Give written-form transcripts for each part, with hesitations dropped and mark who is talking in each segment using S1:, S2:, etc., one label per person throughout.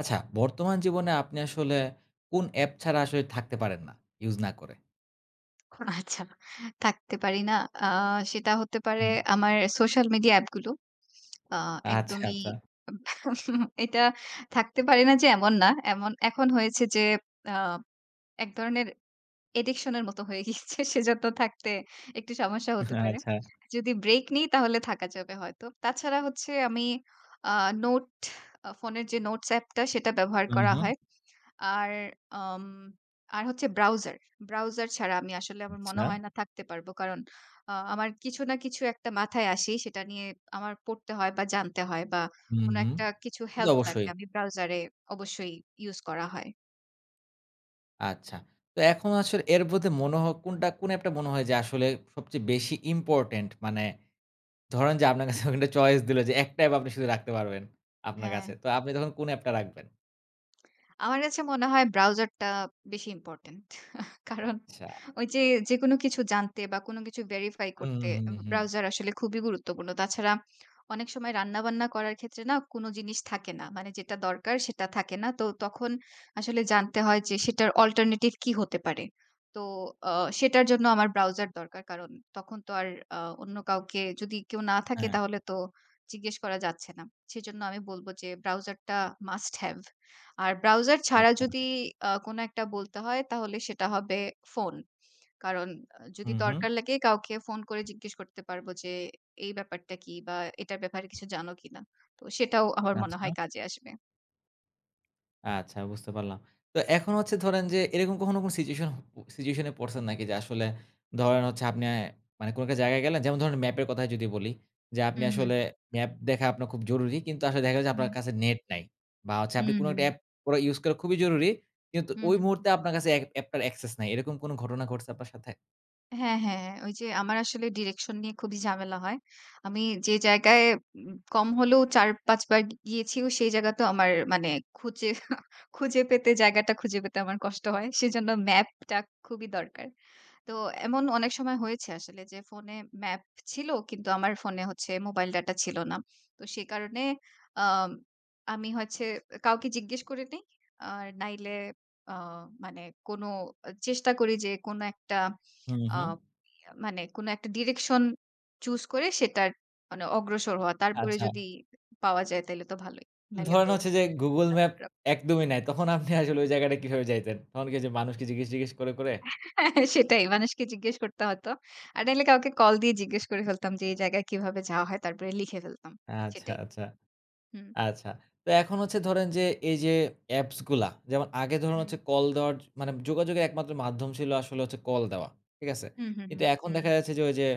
S1: আচ্ছা, বর্তমান জীবনে আপনি আসলে কোন অ্যাপ ছাড়া আসলে থাকতে পারেন না, ইউজ না করে?
S2: আচ্ছা, থাকতে পারি না। আ সেটা হতে পারে
S1: হুম।
S2: আমার সোশ্যাল মিডিয়া অ্যাপগুলো। আ
S1: আচ্ছা,
S2: একদমই
S1: আচ্ছা,
S2: এটা থাকতে পারে না যে এমন না। এমন এখন হয়েছে যে আ এক ধরনের অ্যাডিকশন এর মতো হয়ে গিয়েছে। সেজন্য থাকতে একটু সমস্যা হতে পারে।
S1: আচ্ছা।
S2: যদি ব্রেক নিই তাহলে থাকা যাবে হয়তো। তাছাড়া হচ্ছে আমি আ নোট আ ফোনের যে নোটস অ্যাপটা সেটা ব্যবহার
S1: হুম,
S2: করা
S1: হুম।
S2: হয়। আর আম আর হচ্ছে ব্রাউজার। ব্রাউজার ছাড়া আমি আসলে আমার মনে
S1: আচ্ছা।
S2: হয় না থাকতে পারবো। কারণ আমার কিছু না কিছু একটা মাথায় আসেই সেটা নিয়ে আমার পড়তে হয় বা জানতে হয় বা
S1: হুম,
S2: কোনো
S1: হুম।
S2: একটা কিছু
S1: সে তো
S2: হেল্প লাগলে
S1: অবশ্যই।
S2: আমি ব্রাউজারে অবশ্যই ইউজ করা হয়।
S1: আচ্ছা। তো এখন আসলে এর মধ্যে মনে হয় কোনটা কোন অ্যাপটা মনে হয় যে আসলে সবচেয়ে বেশি ইম্পোর্টেন্ট? মানে ধরেন যে আপনার কাছে ওখানে চয়েস দিল যে একটা অ্যাপ আপনি শুধু রাখতে পারবেন আপনার
S2: হ্যাঁ,
S1: কাছে। তো আপনি তখন কোন অ্যাপটা রাখবেন?
S2: আমার কাছে মনে হয় ব্রাউজারটা বেশি ইম্পোর্টেন্ট। কারণ
S1: আচ্ছা।
S2: ওই যে, যেকোনো কিছু জানতে বা কোনো কিছু ভেরিফাই
S1: হুম,
S2: করতে
S1: হুম, হুম।
S2: ব্রাউজার আসলে খুবই গুরুত্বপূর্ণ। তাছাড়া অনেক সময় রান্নাবান্না করার ক্ষেত্রে না কোনো জিনিস থাকে না। মানে যেটা দরকার সেটা থাকে না। তো তখন আসলে জানতে হয় যে সেটার অল্টারনেটিভ কি হতে পারে। তো আ সেটার জন্য আমার ব্রাউজার দরকার। কারণ তখন তো আর আ অন্য কাউকে যদি কেউ না থাকে
S1: হ্যাঁ,
S2: তাহলে তো জিজ্ঞেস করা যাচ্ছে না। সেজন্য আমি বলব যে ব্রাউজারটা মাস্ট হ্যাভ। আর ব্রাউজার ছাড়া
S1: আচ্ছা,
S2: যদি
S1: আচ্ছা।
S2: কোনো একটা বলতে হয় তাহলে সেটা হবে ফোন। কারণ যদি
S1: হুম, হুম।
S2: দরকার লাগে কাউকে ফোন করে জিজ্ঞেস করতে পারবো যে, "এই ব্যাপারটা কি?" বা "এটার ব্যাপারে কিছু জানো কিনা?" তো সেটাও আমার মনে
S1: আচ্ছা।
S2: হয় কাজে আসবে।
S1: আচ্ছা বুঝতে পারলাম। তো এখন হচ্ছে ধরেন যে এরকম কখনো কোন সিচুয়েশন সিচুয়েশন এ পড়ছেন নাকি? যে আসলে ধরেন হচ্ছে আপনি মানে কোন একটা জায়গায় গেলেন যেমন ধরেন ম্যাপের কথাই যদি বলি, যে আপনি
S2: হুম, হুম,
S1: আসলে ম্যাপ দেখা আপনার খুব জরুরি। কিন্তু আসলে দেখা গেল যে আপনার
S2: হুম,
S1: কাছে নেট নাই। বা হচ্ছে আপনি
S2: হুম,
S1: কোন একটা
S2: হুম,
S1: অ্যাপ করা ইউস করা খুবই জরুরি। কিন্তু
S2: হুম,
S1: ওই
S2: হুম।
S1: মুহূর্তে
S2: হুম।
S1: আপনার কাছে অ্যাপটার অ্যাক্সেস নাই। এরকম কোন ঘটনা ঘটছে আপনার সাথে?
S2: হ্যাঁ, হ্যাঁ। ওই যে আমার আসলে ডিরেকশন নিয়ে খুবই ঝামেলা হয়। আমি যে জায়গায় কম হলেও ৪-৫ বার গিয়েছিও সেই জায়গা তো আমার মানে খুঁজে খুঁজে পেতে জায়গাটা খুঁজে পেতে আমার কষ্ট হয়। সেজন্য ম্যাপটা খুবই দরকার। তো এমন অনেক সময় হয়েছে আসলে যে ফোনে ম্যাপ ছিল কিন্তু আমার ফোনে হচ্ছে মোবাইল ডাটা ছিল না। তো সে কারণে আম আমি হচ্ছে কাউকে জিজ্ঞেস করে নেই। আর নাইলে আ মানে কোনো চেষ্টা করি যে কোনো একটা
S1: হুম,
S2: আ
S1: হুম।
S2: মানে কোনো একটা ডিরেকশন চুজ করে সেটার মানে অগ্রসর হওয়া। তারপরে
S1: আচ্ছা।
S2: যদি পাওয়া যায় তাইলে তো ভালোই।
S1: তো
S2: নাইলে
S1: ধরেন
S2: তো
S1: হচ্ছে যে Google ম্যাপ একদমই নাই। তখন আপনি আসলে ওই জায়গাটা কিভাবে যাইতেন? তখন কি ওইযে মানুষকে জিজ্ঞেস করে?
S2: হ্যাঁ, সেটাই। মানুষকে জিজ্ঞেস করতে হতো। আর নাইলে কাউকে কল দিয়ে জিজ্ঞেস করে ফেলতাম যে, এই জায়গায় কিভাবে যাওয়া হয়? তারপরে লিখে ফেলতাম।
S1: আচ্ছা,
S2: সেটাই।
S1: আচ্ছা।
S2: হুম,
S1: আচ্ছা। তো এখন হচ্ছে ধরেন যে এই যে অ্যাপস গুলা, যেমন আগে ধরুন
S2: হুম,
S1: হচ্ছে কল দেওয়ার মানে যোগাযোগের একমাত্র মাধ্যম ছিল আসলে হচ্ছে কল দেওয়া। ঠিক আছে?
S2: হুম, হুম,
S1: কিন্তু
S2: হুম,
S1: এখন
S2: হুম,
S1: দেখা যাচ্ছে যে ওই যে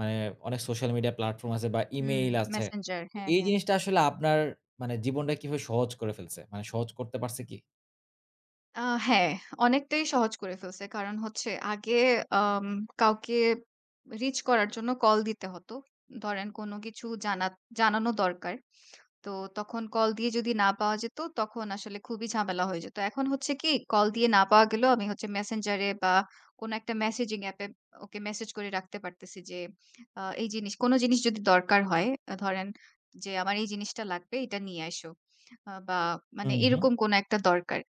S1: মানে অনেক সোশ্যাল মিডিয়া প্ল্যাটফর্ম আছে বা
S2: হুম,
S1: ইমেইল আছে।
S2: মেসেঞ্জার।
S1: তো
S2: হ্যাঁ,
S1: এই
S2: হ্যাঁ।
S1: জিনিসটা আসলে আপনার মানে জীবনটা কিভাবে সহজ করে ফেলছে? মানে সহজ করতে পারছে কি?
S2: আ হ্যাঁ, অনেকটাই সহজ করে ফেলছে। কারণ হচ্ছে আগে আম কাউকে রিচ করার জন্য কল দিতে হতো। ধরেন কোনো কিছু জানানো দরকার। তো তখন কল দিয়ে যদি না পাওয়া যেত, তখন আসলে খুবই ঝামেলা হয়ে যেত। এখন হচ্ছে কি কল দিয়ে না পাওয়া গেলেও আমি হচ্ছে Messenger এ বা কোনো একটা মেসেজিং অ্যাপে ওকে মেসেজ করে রাখতে পারতেছি যে এই জিনিস কোনো জিনিস যদি দরকার হয় ধরেন যে আমার এই জিনিসটা লাগবে এটা নিয়ে আইসো। বা মানে
S1: হুম, হুম।
S2: এরকম কোনো একটা দরকার।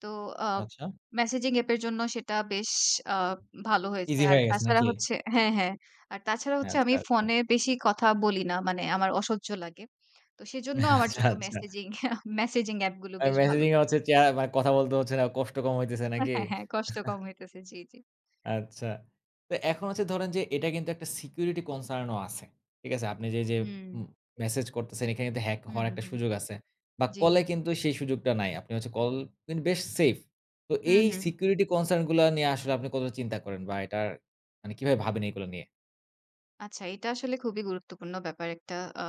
S2: তো আ
S1: আচ্ছা।
S2: মেসেজিং অ্যাপের জন্য সেটা বেশ আ ভালো হয়েছে।
S1: ইজি
S2: আর
S1: হয়ে গেছে
S2: তাছাড়া
S1: নাকি?
S2: হচ্ছে হ্যাঁ, হ্যাঁ। আর তাছাড়া হচ্ছে
S1: আচ্ছা,
S2: আমি
S1: আচ্ছা।
S2: ফোনে বেশি কথা বলি না। মানে আমার অসহ্য লাগে। তো সেজন্য আমার
S1: আচ্ছা,
S2: জন্য
S1: আচ্ছা।
S2: মেসেজিং মেসেজিং অ্যাপগুলো
S1: মানে
S2: বেশ ভালো।
S1: মেসেজিং এ হচ্ছে মানে কথা বলতে হচ্ছে না, কষ্ট কম হইতেছে নাকি?
S2: হ্যাঁ, হ্যাঁ, কষ্ট কম হইতেছে। জি, জি।
S1: আচ্ছা। তো এখন হচ্ছে ধরেন যে এটা কিন্তু একটা সিকিউরিটি কনসার্ন ও আছে। ঠিক আছে? আপনি যে
S2: হুম।
S1: উম মেসেজ করতেছেন এখানে কিন্তু হ্যাক
S2: হুম,
S1: হওয়ার
S2: হুম,
S1: একটা
S2: হুম।
S1: সুযোগ আছে। বা
S2: জি।
S1: কলে কিন্তু সেই সুযোগটা নাই। আপনি হচ্ছে কল কিন্তু বেশ সেফ। তো
S2: হুম,
S1: এই
S2: হুম।
S1: সিকিউরিটি কনসার্ন গুলা নিয়ে আসলে আপনি কতটা চিন্তা করেন বা এটার মানে কিভাবে ভাবেন এগুলো নিয়ে?
S2: আচ্ছা, এটা আসলে খুবই গুরুত্বপূর্ণ ব্যাপার একটা আ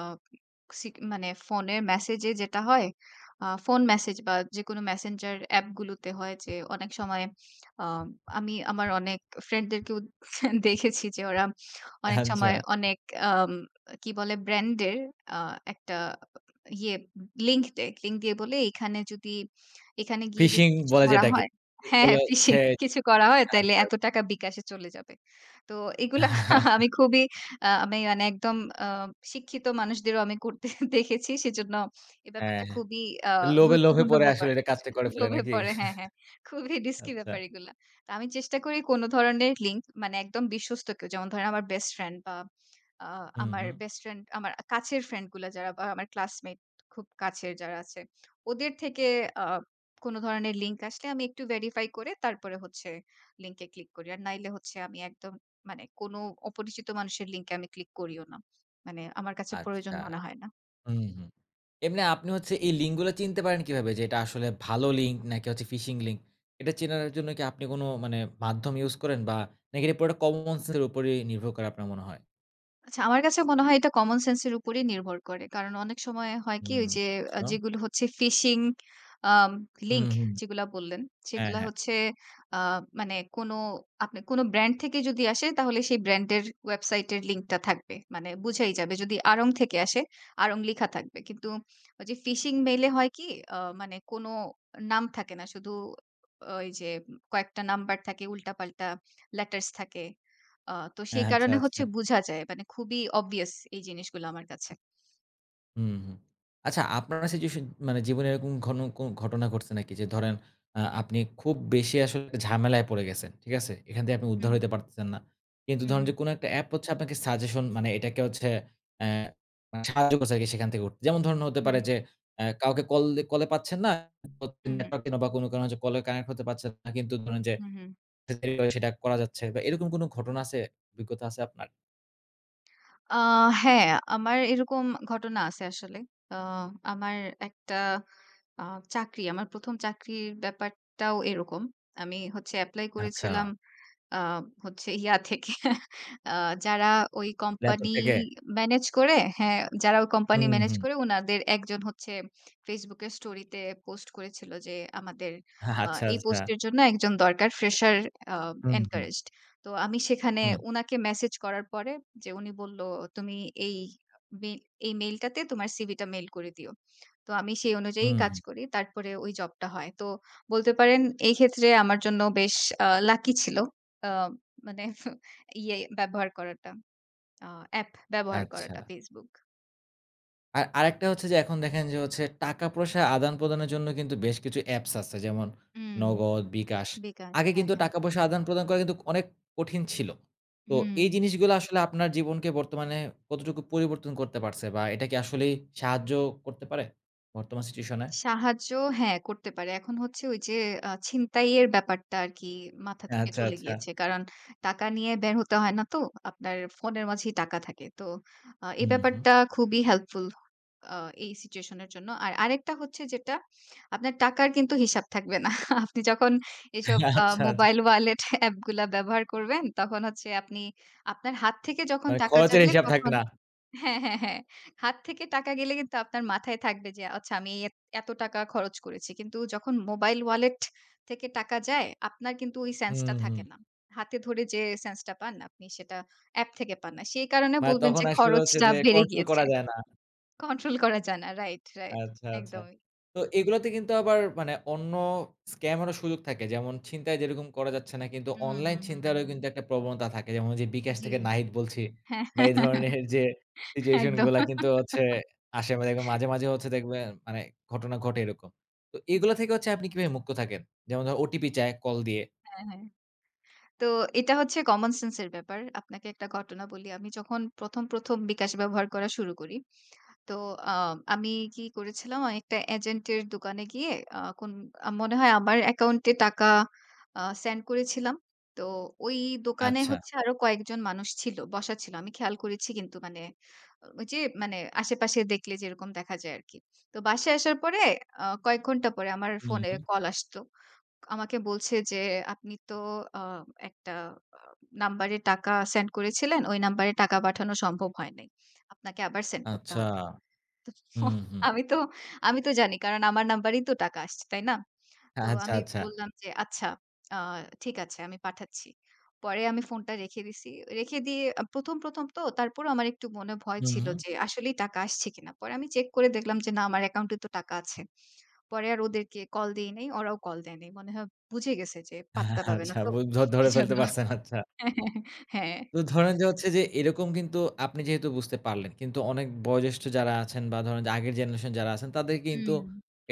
S2: সিক মানে ফোনের মেসেজে যেটা হয়, ফোন মেসেজ বা যেকোনো মেসেঞ্জার অ্যাপগুলোতে হয় যে অনেক সময় আ আমি আমার অনেক ফ্রেন্ডদেরকেও দেখেছি যে ওরা অনেক
S1: আচ্ছা।
S2: সময় অনেক আম কি বলে ব্র্যান্ডের আ একটা ইয়ে লিংক দেয়। লিংক দিয়ে বলে এখানে যদি গিয়ে যদি
S1: ফিশিং
S2: কিছু
S1: বলে
S2: করা
S1: যেটাকে।
S2: হয় হ্যাঁ,
S1: এগুলো
S2: ফিশিং
S1: হচ্ছে যে
S2: কিছু করা হয় তাইলে
S1: আচ্ছা।
S2: এত
S1: আচ্ছা।
S2: টাকা বিকাশে চলে যাবে। তো এগুলা আমি খুবই আমি মানে একদম আ শিক্ষিত মানুষদেরও আমি করতে দেখেছি। সেজন্য এ
S1: হ্যাঁ,
S2: ব্যাপারটা
S1: হ্যাঁ।
S2: খুবই আ
S1: লোভে, লোভে
S2: গুরুত্বপূর্ণ
S1: পড়ে
S2: ব্যাপার।
S1: আসলে এটা কাজটা করে ফেলে
S2: লোভে
S1: নাকি?
S2: পড়ে হ্যাঁ, হ্যাঁ। খুবই রিস্কি
S1: আচ্ছা।
S2: ব্যাপার এগুলা। তো আমি চেষ্টা করি কোন ধরনের লিঙ্ক মানে একদম বিশ্বস্ত কেউ। যেমন ধরেন আমার বেস্ট ফ্রেন্ড বা আ
S1: হুম,
S2: আমার
S1: হুম।
S2: বেস্ট ফ্রেন্ড আমার কাছের ফ্রেন্ড গুলা যারা বা আমার ক্লাসমেট খুব কাছের যারা আছে, ওদের থেকে আ কোন ধরনের লিঙ্ক আসলে আমি একটু ভেরিফাই করে তারপরে হচ্ছে লিঙ্কে ক্লিক করি। আর নাইলে হচ্ছে আমি একদম মানে কোনো অপরিচিত মানুষের লিংকে আমি ক্লিক করিও না। মানে আমার কাছে প্রয়োজন
S1: আচ্ছা।
S2: মনে হয় না।
S1: হুম, হুম। এমনি আপনি হচ্ছে এই লিঙ্কগুলো চিনতে পারেন কিভাবে? যে এটা আসলে ভালো লিঙ্ক নাকি হচ্ছে ফিশিং লিঙ্ক? এটা চেনার জন্য কি আপনি কোনো মানে মাধ্যম ইউজ করেন বা নাকি এটা পুরোটা কমন সেন্স এর উপরেই নির্ভর করে আপনার মনে হয়?
S2: আচ্ছা আমার কাছে মনে হয় এটা কমন সেন্স এর উপরেই নির্ভর করে। কারণ অনেক সময় হয় কি
S1: হুম,
S2: ওই যে
S1: আচ্ছা।
S2: যেগুলো হচ্ছে ফিশিং আম
S1: হুম,
S2: লিঙ্ক
S1: হুম।
S2: যেগুলা বললেন,
S1: হ্যাঁ,
S2: সেগুলা
S1: হ্যাঁ।
S2: হচ্ছে আ মানে কোনো আপনি কোনো ব্র্যান্ড থেকে যদি আসে তাহলে সেই ব্র্যান্ডের ওয়েবসাইটের লিঙ্কটা থাকবে। মানে বুঝাই যাবে। যদি আড়ং থেকে আসে, আড়ং লিখা থাকবে। কিন্তু ওই যে ফিশিং মেইলে হয় কি মানে কোনো নাম থাকে না। শুধু ওই যে কয়েকটা নাম্বার থাকে, উল্টাপাল্টা লেটারস থাকে। তো
S1: হ্যাঁ,
S2: সেই
S1: আচ্ছা,
S2: কারণে
S1: আচ্ছা।
S2: হচ্ছে বুঝা যায় মানে খুবই obvious এই জিনিসগুলো আমার কাছে।
S1: হুম, হুম। আচ্ছা আপনার সিচুয়েশন মানে জীবনে এরকম ঘন কোন ঘটনা ঘটছে নাকি? যে ধরেন আপনি খুব বেশি আসলে একটা ঝামেলায় পড়ে গেছেন। ঠিক আছে? এখান থেকে আপনি উদ্ধার
S2: হুম,
S1: হইতে পারতেছেন না। কিন্তু
S2: হুম,
S1: ধরেন যে
S2: হুম,
S1: কোন একটা অ্যাপ হচ্ছে আপনাকে সাজেশন মানে এটাকে হচ্ছে অ্যা মানে সাহায্য করছে আরকি সেখান থেকে উঠতে। যেমন ধরেন হতে
S2: হুম,
S1: পারে
S2: হুম,
S1: যে কাউকে কল দে কলে পাচ্ছেন না।
S2: হুম, হুম,
S1: নেটওয়ার্ক বা কোন কারণে হচ্ছে কলে কানেক্ট হতে পারছেন না। কিন্তু ধরেন যে
S2: হুম, হুম।
S1: সেটা করা যাচ্ছে বা এরকম কোন ঘটনা আছে? অভিজ্ঞতা আছে আপনার?
S2: আ হ্যাঁ, আমার এরকম ঘটনা আছে আসলে। আ আমার একটা আ চাকরি, আমার ১ম চাকরির ব্যাপারটাও এরকম। আমি হচ্ছে এপ্লাই
S1: আচ্ছা।
S2: করেছিলাম আ হচ্ছে ইয়া থেকে আ যারা ওই
S1: ল্যাপটপ
S2: কোম্পানি
S1: থেকে?
S2: ম্যানেজ করে হ্যাঁ, যারা ওই কোম্পানি
S1: হুম,
S2: ম্যানেজ
S1: হুম।
S2: করে উনাদের একজন হচ্ছে Facebook এর স্টোরিতে পোস্ট করেছিল যে, "আমাদের
S1: আচ্ছা,
S2: এই
S1: আচ্ছা।
S2: পোস্টের জন্য একজন দরকার, ফ্রেশার আ
S1: হুম, হুম।
S2: এনকারেজড।" তো আমি সেখানে
S1: হুম,
S2: উনাকে মেসেজ করার পরে যে উনি বলল, "তুমি এই মেইল এই মেইলটাতে তোমার সিভিটা মেইল করে দিও।" তো আমি সেই অনুযায়ী
S1: হুম,
S2: কাজ
S1: হুম।
S2: করি। তারপরে ওই জবটা হয়। তো বলতে পারেন এই ক্ষেত্রে আমার জন্য বেশ লাকি ছিল। আ মানে ইয়ে ব্যবহার করাটা, অ্যাপ ব্যবহার
S1: আচ্ছা।
S2: করাটা Facebook।
S1: আর আরেকটা হচ্ছে যে এখন দেখেন যে হচ্ছে টাকা-পয়সা আদান-প্রদানের জন্য কিন্তু বেশ কিছু অ্যাপস আছে। যেমন
S2: হুম,
S1: নগদ, বিকাশ।
S2: বিকাশ।
S1: আগে
S2: হ্যাঁ,
S1: কিন্তু
S2: হ্যাঁ।
S1: টাকা-পয়সা আদান-প্রদান করা কিন্তু অনেক কঠিন ছিল। তো
S2: হুম।
S1: এই জিনিসগুলো আসলে আপনার জীবনকে বর্তমানে কতটুকু পরিবর্তন করতে পারছে বা এটা কি আসলেই সাহায্য করতে পারে বর্তমান সিচুয়েশন এ?
S2: সাহায্য হ্যাঁ, করতে পারে। এখন হচ্ছে ওই যে ছিনতাইয়ের ব্যাপারটা আরকি মাথা থেকে
S1: আচ্ছা,
S2: চলে
S1: আচ্ছা।
S2: গিয়েছে। কারণ টাকা নিয়ে বের হতে হয় না তো। আপনার ফোনের মাঝেই টাকা থাকে। তো এই
S1: হুম, হুম।
S2: ব্যাপারটা খুবই হেল্পফুল আ এই সিচুয়েশন এর জন্য। আর আরেকটা হচ্ছে যেটা আপনার টাকার কিন্তু হিসাব থাকবে না। আপনি যখন এসব
S1: আচ্ছা,
S2: মোবাইল
S1: আচ্ছা।
S2: ওয়ালেট অ্যাপগুলা ব্যবহার করবেন, তখন হচ্ছে আপনি আপনার হাত থেকে যখন
S1: মানে
S2: টাকা
S1: খরচের
S2: যাবে
S1: হিসাব থাকে
S2: তখন
S1: না।
S2: হ্যাঁ, হ্যাঁ, হ্যাঁ। হাত থেকে টাকা গেলে কিন্তু আপনার মাথায় থাকবে যে আচ্ছা আমি এত এত টাকা খরচ করেছি। কিন্তু যখন মোবাইল ওয়ালেট থেকে টাকা যায় আপনার কিন্তু ওই সেন্স টা
S1: হুম, হুম।
S2: থাকে না। হাতে ধরে যে সেন্স টা পান আপনি সেটা অ্যাপ থেকে পান না। সেই কারণে
S1: মানে
S2: বলবেন
S1: তখন
S2: যে
S1: আসলে হচ্ছে
S2: খরচটা
S1: যে
S2: বেড়ে
S1: কন্ট্রোল
S2: গিয়েছে।
S1: করা যায় না।
S2: কন্ট্রোল করা যায় না। Right, right.
S1: আচ্ছা, আচ্ছা।
S2: একদমই।
S1: তো এগুলাতে কিন্তু আবার মানে অন্য স্ক্যাম এরও সুযোগ থাকে। যেমন ছিনতাই যেরকম করা যাচ্ছে না কিন্তু
S2: হুম,
S1: অনলাইন
S2: হুম, হুম,
S1: ছিনতাইয়েরও
S2: হুম, হুম।
S1: কিন্তু একটা প্রবণতা থাকে। যেমন যে বিকাশ
S2: জি।
S1: থেকে নাহিদ বলছি
S2: হ্যাঁ,
S1: বা এই ধরনের যে সিচুয়েশন
S2: একদম।
S1: গুলা কিন্তু হচ্ছে আসে মানে একদম মাঝে, মাঝে হচ্ছে দেখবেন মানে ঘটনা ঘটে এরকম। তো
S2: জি।
S1: এগুলা থেকে হচ্ছে আপনি কিভাবে মুক্ত থাকেন? যেমন ধরেন ওটিপি চায় কল দিয়ে।
S2: হ্যাঁ, হ্যাঁ। তো এটা হচ্ছে কমন সেন্স এর ব্যাপার। আপনাকে একটা ঘটনা বলি। আমি যখন ১ম বিকাশ ব্যবহার করা শুরু করি, তো আ আমি কি করেছিলাম, আমি একটা এজেন্টের দোকানে গিয়ে আ কোন আ মনে হয় আমার অ্যাকাউন্টে টাকা সেন্ড করেছিলাম। তো ওই দোকানে
S1: আচ্ছা।
S2: হচ্ছে আরো কয়েকজন মানুষ ছিল, বসা ছিল। আমি খেয়াল করেছি কিন্তু মানে ওই যে মানে আশেপাশে দেখলে যেরকম দেখা যায় আরকি। তো বাসায় আসার পরে কয়েক ঘন্টা পরে আমার
S1: হু,
S2: ফোনে
S1: হু।
S2: কল আসতো। আমাকে বলছে যে, "আপনি তো আ একটা আ নাম্বারে টাকা সেন্ড করেছিলেন। ওই নাম্বারে টাকা পাঠানো সম্ভব হয় নাই। আপনাকে আবার সেন্ড করতে
S1: আচ্ছা।
S2: হবে।"
S1: হুম, হুম।
S2: আমি তো আমি তো জানি কারণ আমার নাম্বারেই তো টাকা আসছে, তাই না? তো
S1: আচ্ছা,
S2: আমি
S1: আচ্ছা।
S2: বললাম যে, "আচ্ছা, আ ঠিক আছে আমি পাঠাচ্ছি।" পরে আমি ফোনটা রেখে দিছি। রেখে দিয়ে ১ম তো তারপরও আমার একটু মনে ভয়
S1: হু,
S2: ছিল
S1: হু।
S2: যে আসলেই টাকা আসছে কিনা। পরে আমি চেক করে দেখলাম যে না আমার অ্যাকাউন্টে তো টাকা আছে। পরে আর ওদেরকে কল দেই নাই, ওরাও কল দেয় নাই। মনে হয় বুঝে গেছে যে পাত্তা পাবে না
S1: আচ্ছা,
S2: তো।
S1: বু ধ ধরে ফেলতে
S2: এজন্য
S1: পারছেন। আচ্ছা।
S2: হ্যাঁ, হ্যাঁ, হ্যাঁ।
S1: তো ধরেন যে হচ্ছে যে এরকম কিন্তু আপনি যেহেতু বুঝতে পারলেন, কিন্তু অনেক বয়োজ্যেষ্ঠ যারা আছেন বা ধরেন যে আগের জেনারেশন যারা আছেন তাদের কিন্তু
S2: হুম,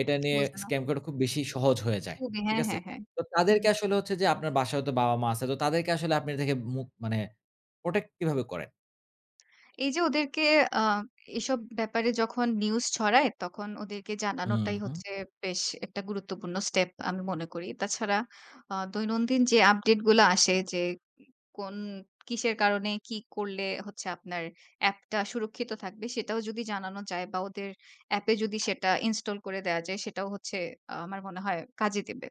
S1: এটা নিয়ে
S2: বুঝে না।
S1: স্ক্যাম করা খুব বেশি সহজ হয়ে যায়।
S2: খুবই
S1: ঠিক
S2: হ্যাঁ,
S1: আছে?
S2: হ্যাঁ, হ্যাঁ।
S1: তো
S2: হুম।
S1: তাদেরকে আসলে হচ্ছে যে আপনার বাসায় হয়তো বাবা-মা আছে। তো তাদেরকে আসলে আপনি থেকে মানে প্রোটেক্ট কিভাবে করেন?
S2: এই যে ওদেরকে আ এসব ব্যাপারে যখন নিউজ ছড়ায়, তখন ওদেরকে
S1: হুম,
S2: জানানোটাই
S1: হুম।
S2: হচ্ছে বেশ একটা গুরুত্বপূর্ণ স্টেপ আমি মনে করি। তাছাড়া দৈনন্দিন যে আপডেট গুলা আসে যে কোন কিসের কারণে কি করলে হচ্ছে আপনার অ্যাপটা সুরক্ষিত থাকবে সেটাও যদি জানানো যায় বা ওদের অ্যাপে যদি সেটা ইনস্টল করে দেয়া যায় সেটাও হচ্ছে আমার মনে হয় কাজে দেবে।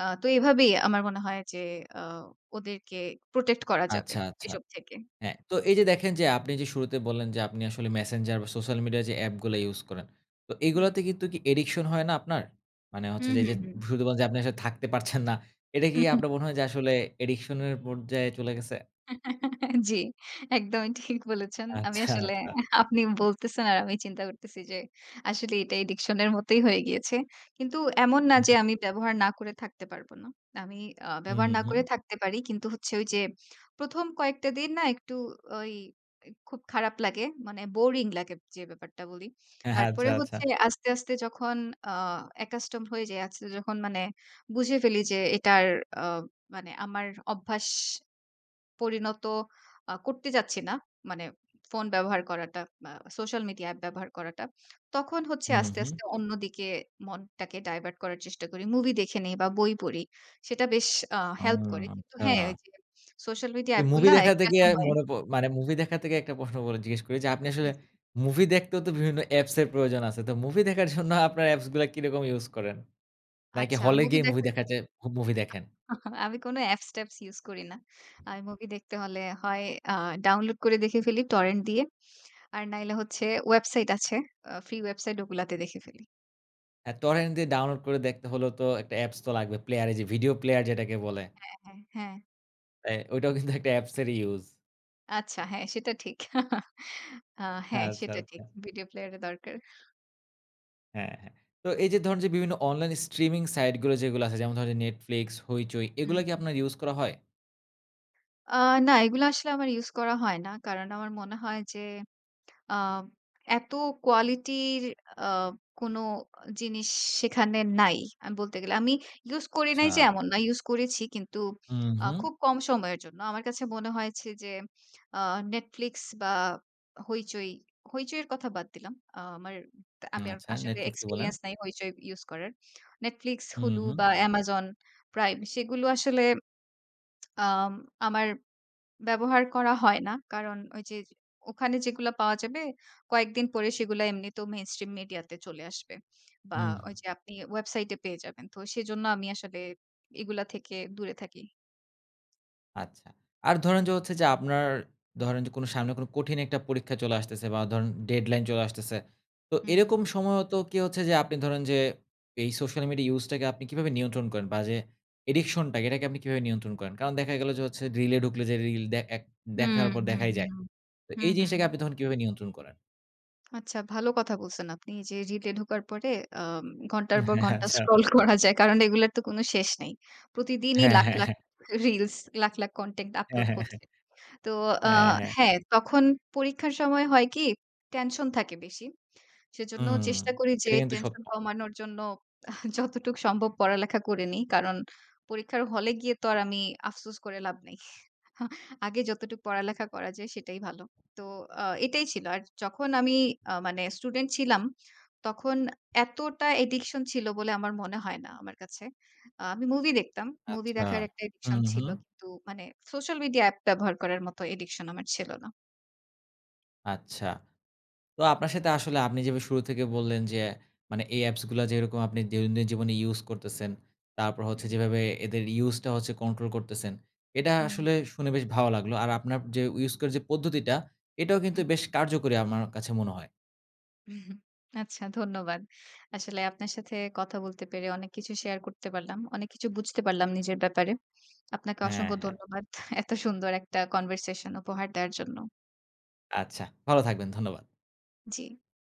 S2: তো এভাবেই আমার মনে হয় যে আ ওদেরকে প্রোটেক্ট করা যাবে
S1: আচ্ছা, আচ্ছা।
S2: এসব থেকে।
S1: হ্যাঁ, তো এই যে দেখেন যে আপনি যে শুরুতে বললেন যে আপনি আসলে মেসেঞ্জার বা সোশ্যাল মিডিয়া যে অ্যাপগুলা ইউজ করেন। তো
S2: হুম।
S1: এগুলাতে কিন্তু কি অ্যাডিকশন হয় না আপনার? মানে হচ্ছে
S2: হুম,
S1: যে, এই যে
S2: হুম,
S1: শুধু বলেন যে আপনি আসলে থাকতে পারছেন না। এটা কি
S2: হুম।
S1: আপনার মনে হয় যে আসলে অ্যাডিকশন এর পর্যায়ে চলে গেছে?
S2: জি, একদমই ঠিক বলেছেন। আমি
S1: আচ্ছা,
S2: আসলে
S1: আচ্ছা।
S2: আপনি বলতেছেন আর আমি চিন্তা করতেছি যে আসলে এটা এডিকশন এর মতোই হয়ে গিয়েছে। কিন্তু এমন না যে আমি ব্যবহার না করে থাকতে পারব না। আমি
S1: হুম,
S2: ব্যবহার না
S1: হুম।
S2: করে থাকতে পারি। কিন্তু হচ্ছে ওই যে ১ম কয়েকটা দিন না একটু ওই খুব খারাপ লাগে। মানে বোরিং লাগে যে ব্যাপারটা বলি।
S1: হ্যাঁ, আচ্ছা,
S2: তারপরে
S1: আচ্ছা।
S2: হচ্ছে আস্তে, আস্তে যখন আ accustom হয়ে যাই, আস্তে যখন মানে বুঝে ফেলি যে এটার আ মানে আমার অভ্যাস পরিণত করতে চাচ্ছি না। মানে ফোন ব্যবহার করাটা বা সোশ্যাল মিডিয়া অ্যাপ ব্যবহার করাটা। তখন হচ্ছে
S1: হুম,
S2: আস্তে,
S1: হুম।
S2: আস্তে অন্যদিকে মনটাকে ডাইভার্ট করার চেষ্টা করি। মুভি দেখে নেই বা বই পড়ি। সেটা বেশ আ
S1: ও
S2: হেল্প করে। কিন্তু
S1: আচ্ছা।
S2: হ্যাঁ, ওই যে সোশ্যাল মিডিয়া
S1: তো মুভি
S2: অ্যাপগুলা
S1: দেখা
S2: একটা
S1: থেকে
S2: সময়
S1: মনে প মানে মুভি দেখা থেকে একটা প্রশ্ন বলে জিজ্ঞেস করি যে আপনি
S2: জি,
S1: আসলে
S2: জি।
S1: মুভি দেখতেও তো বিভিন্ন অ্যাপস এর প্রয়োজন আছে। তো মুভি দেখার জন্য আপনার অ্যাপসগুলা কিরকম ইউজ করেন? নাকি
S2: আচ্ছা
S1: হলে
S2: মুভি
S1: গিয়ে মুভি
S2: দেখার
S1: দেখা যায় মুভি দেখেন।
S2: আমি কোনো অ্যাপস-ট্যাপস ইউজ করি না। আমি মুভি দেখতে হলে হয় আ ডাউনলোড করে দেখে ফেলি টরেন্ট দিয়ে। আর নাইলে হচ্ছে ওয়েবসাইট আছে। ফ্রি ওয়েবসাইট ওগুলাতে দেখে ফেলি।
S1: হ্যাঁ, টরেন্ট দিয়ে ডাউনলোড করে দেখতে হলেও তো একটা অ্যাপস তো লাগবে। প্লেয়ারে যে ভিডিও প্লেয়ার যেটাকে বলে।
S2: হ্যাঁ, হ্যাঁ।
S1: ওইটাও কিন্তু একটা অ্যাপস এর ইউস।
S2: আচ্ছা হ্যাঁ, সেটা ঠিক। আ হ্যাঁ,
S1: আচ্ছা,
S2: সেটা
S1: আচ্ছা।
S2: ঠিক। ভিডিও প্লেয়ারের দরকার।
S1: হ্যাঁ, হ্যাঁ। তো এই যে ধরেন যে বিভিন্ন অনলাইন স্ট্রিমিং সাইট গুলো যেগুলো আছে যেমন ধরেন যে Netflix, হইচই এগুলা কি
S2: হুম।
S1: আপনার ইউস করা হয়?
S2: আ না এগুলো আসলে আমার ইউস করা হয় না। কারণ আমার মনে হয় যে আ এত কোয়ালিটির আ কোনো জিনিস সেখানে নাই। আমি বলতে গেলে আমি ইউজ করি
S1: আচ্ছা।
S2: নাই যে এমন না। ইউজ করেছি কিন্তু
S1: হুম, হুম।
S2: খুব কম সময়ের জন্য। আমার কাছে মনে হয়েছে যে আ Netflix বা হইচই, হইচই এর কথা বাদ দিলাম। আ আমার আমি আর
S1: আচ্ছা
S2: আসলে
S1: Netflix ই বলেন।
S2: এক্সপেরিয়েন্স নাই হইচই ইউজ করার। Netflix,
S1: হুম,
S2: Hulu
S1: হুম।
S2: বা Amazon Prime সেগুলো আসলে আম আমার ব্যবহার করা হয় না। কারণ ওই যে ওখানে যেগুলা পাওয়া যাবে কয়েকদিন পরে সেগুলা এমনিতেও মেইনস্ট্রিম মিডিয়াতে চলে আসবে। বা
S1: হুম।
S2: হুম। ওই যে আপনি ওয়েবসাইটে পেয়ে যাবেন। তো সেজন্য আমি আসলে এগুলা থেকে দূরে থাকি।
S1: আচ্ছা। আর ধরেন যে হচ্ছে যে আপনার ধরেন যে কোনো সামনে কোনো কঠিন একটা পরীক্ষা চলে আসতেছে বা ধরেন ডেডলাইন চলে আসতেছে। তো
S2: হুম।
S1: এরকম সময়ও তো কি হচ্ছে যে আপনি ধরেন যে এই সোশ্যাল মিডিয়া ইউজটাকে আপনি কিভাবে নিয়ন্ত্রণ করেন বা যে অ্যাডিকশন টাকে এটাকে আপনি কিভাবে নিয়ন্ত্রণ করেন? কারণ দেখা গেল যে হচ্ছে রিলে ঢুকলে যে রিল দে এক
S2: হুম,
S1: দেখার পর
S2: হুম,
S1: দেখাই
S2: হুম,
S1: যায়।
S2: হুম।
S1: তো
S2: হুম,
S1: এই
S2: হুম।
S1: জিনিসটাকে আপনি তখন কিভাবে নিয়ন্ত্রণ করেন?
S2: আচ্ছা ভালো কথা বলছেন আপনি। এই যে রিলে ঢোকার পরে আম ঘন্টার পর
S1: হ্যাঁ,
S2: ঘন্টা
S1: আচ্ছা।
S2: স্ক্রল করা যায়। কারণ এগুলার তো কোনো শেষ নেই। প্রতিদিনই
S1: হ্যাঁ,
S2: লাখ,
S1: হ্যাঁ,
S2: লাখ
S1: হ্যাঁ।
S2: রিলস লাখ, লাখ কনটেন্ট
S1: হ্যাঁ,
S2: আপলোড
S1: হ্যাঁ, হ্যাঁ।
S2: হচ্ছে। তো আ
S1: হ্যাঁ, হ্যাঁ।
S2: হ্যাঁ, তখন পরীক্ষার সময় হয় কি টেনশন থাকে বেশি। সেজন্য
S1: হুম।
S2: চেষ্টা করি যে
S1: এটা কিন্তু
S2: টেনশন
S1: সত্য।
S2: কমানোর জন্য যতটুক সম্ভব পড়ালেখা করে নিই। কারণ পরীক্ষার হলে গিয়ে তো আর আমি আফসোস করে লাভ নেই। আগে যতটুকু পড়ালেখা করা যায় সেটাই ভালো। তো এটাই ছিল। আর যখন আমি মানে স্টুডেন্ট ছিলাম, তখন এতটা অ্যাডিকশন ছিল বলে আমার মনে হয় না আমার কাছে। আমি মুভি দেখতাম। মুভি
S1: আচ্ছা।
S2: দেখার একটা অ্যাডিকশন
S1: হুম,
S2: ছিল।
S1: হুম।
S2: কিন্তু মানে সোশ্যাল মিডিয়া অ্যাপ ব্যবহার করার মতো অ্যাডিকশন আমার ছিল না।
S1: আচ্ছা। তো আপনার সাথে আসলে আপনি যেভাবে শুরু থেকে বললেন যে, মানে এই অ্যাপসগুলা যেরকম আপনি দৈনন্দিন জীবনে ইউজ করতেছেন, তারপর হচ্ছে
S2: হুম,
S1: যেভাবে এদের ইউজটা হচ্ছে কন্ট্রোল করতেছেন, এটা
S2: হুম, হুম।
S1: আসলে শুনে বেশ ভালো লাগলো। আর আপনার যে ইউজ করার যে পদ্ধতিটা, এটাও কিন্তু বেশ কার্যকরী আমার কাছে মনে হয়।
S2: হুম, আচ্ছা ধন্যবাদ। আসলে আপনার সাথে কথা বলতে পেরে অনেক কিছু শেয়ার করতে পারলাম। অনেক কিছু বুঝতে পারলাম নিজের ব্যাপারে। আপনাকে
S1: হ্যাঁ,
S2: অসংখ্য
S1: হ্যাঁ।
S2: ধন্যবাদ। এত সুন্দর একটা কনভারসেশন উপহার দেওয়ার জন্য।
S1: আচ্ছা, ভালো থাকবেন। ধন্যবাদ।
S2: জি।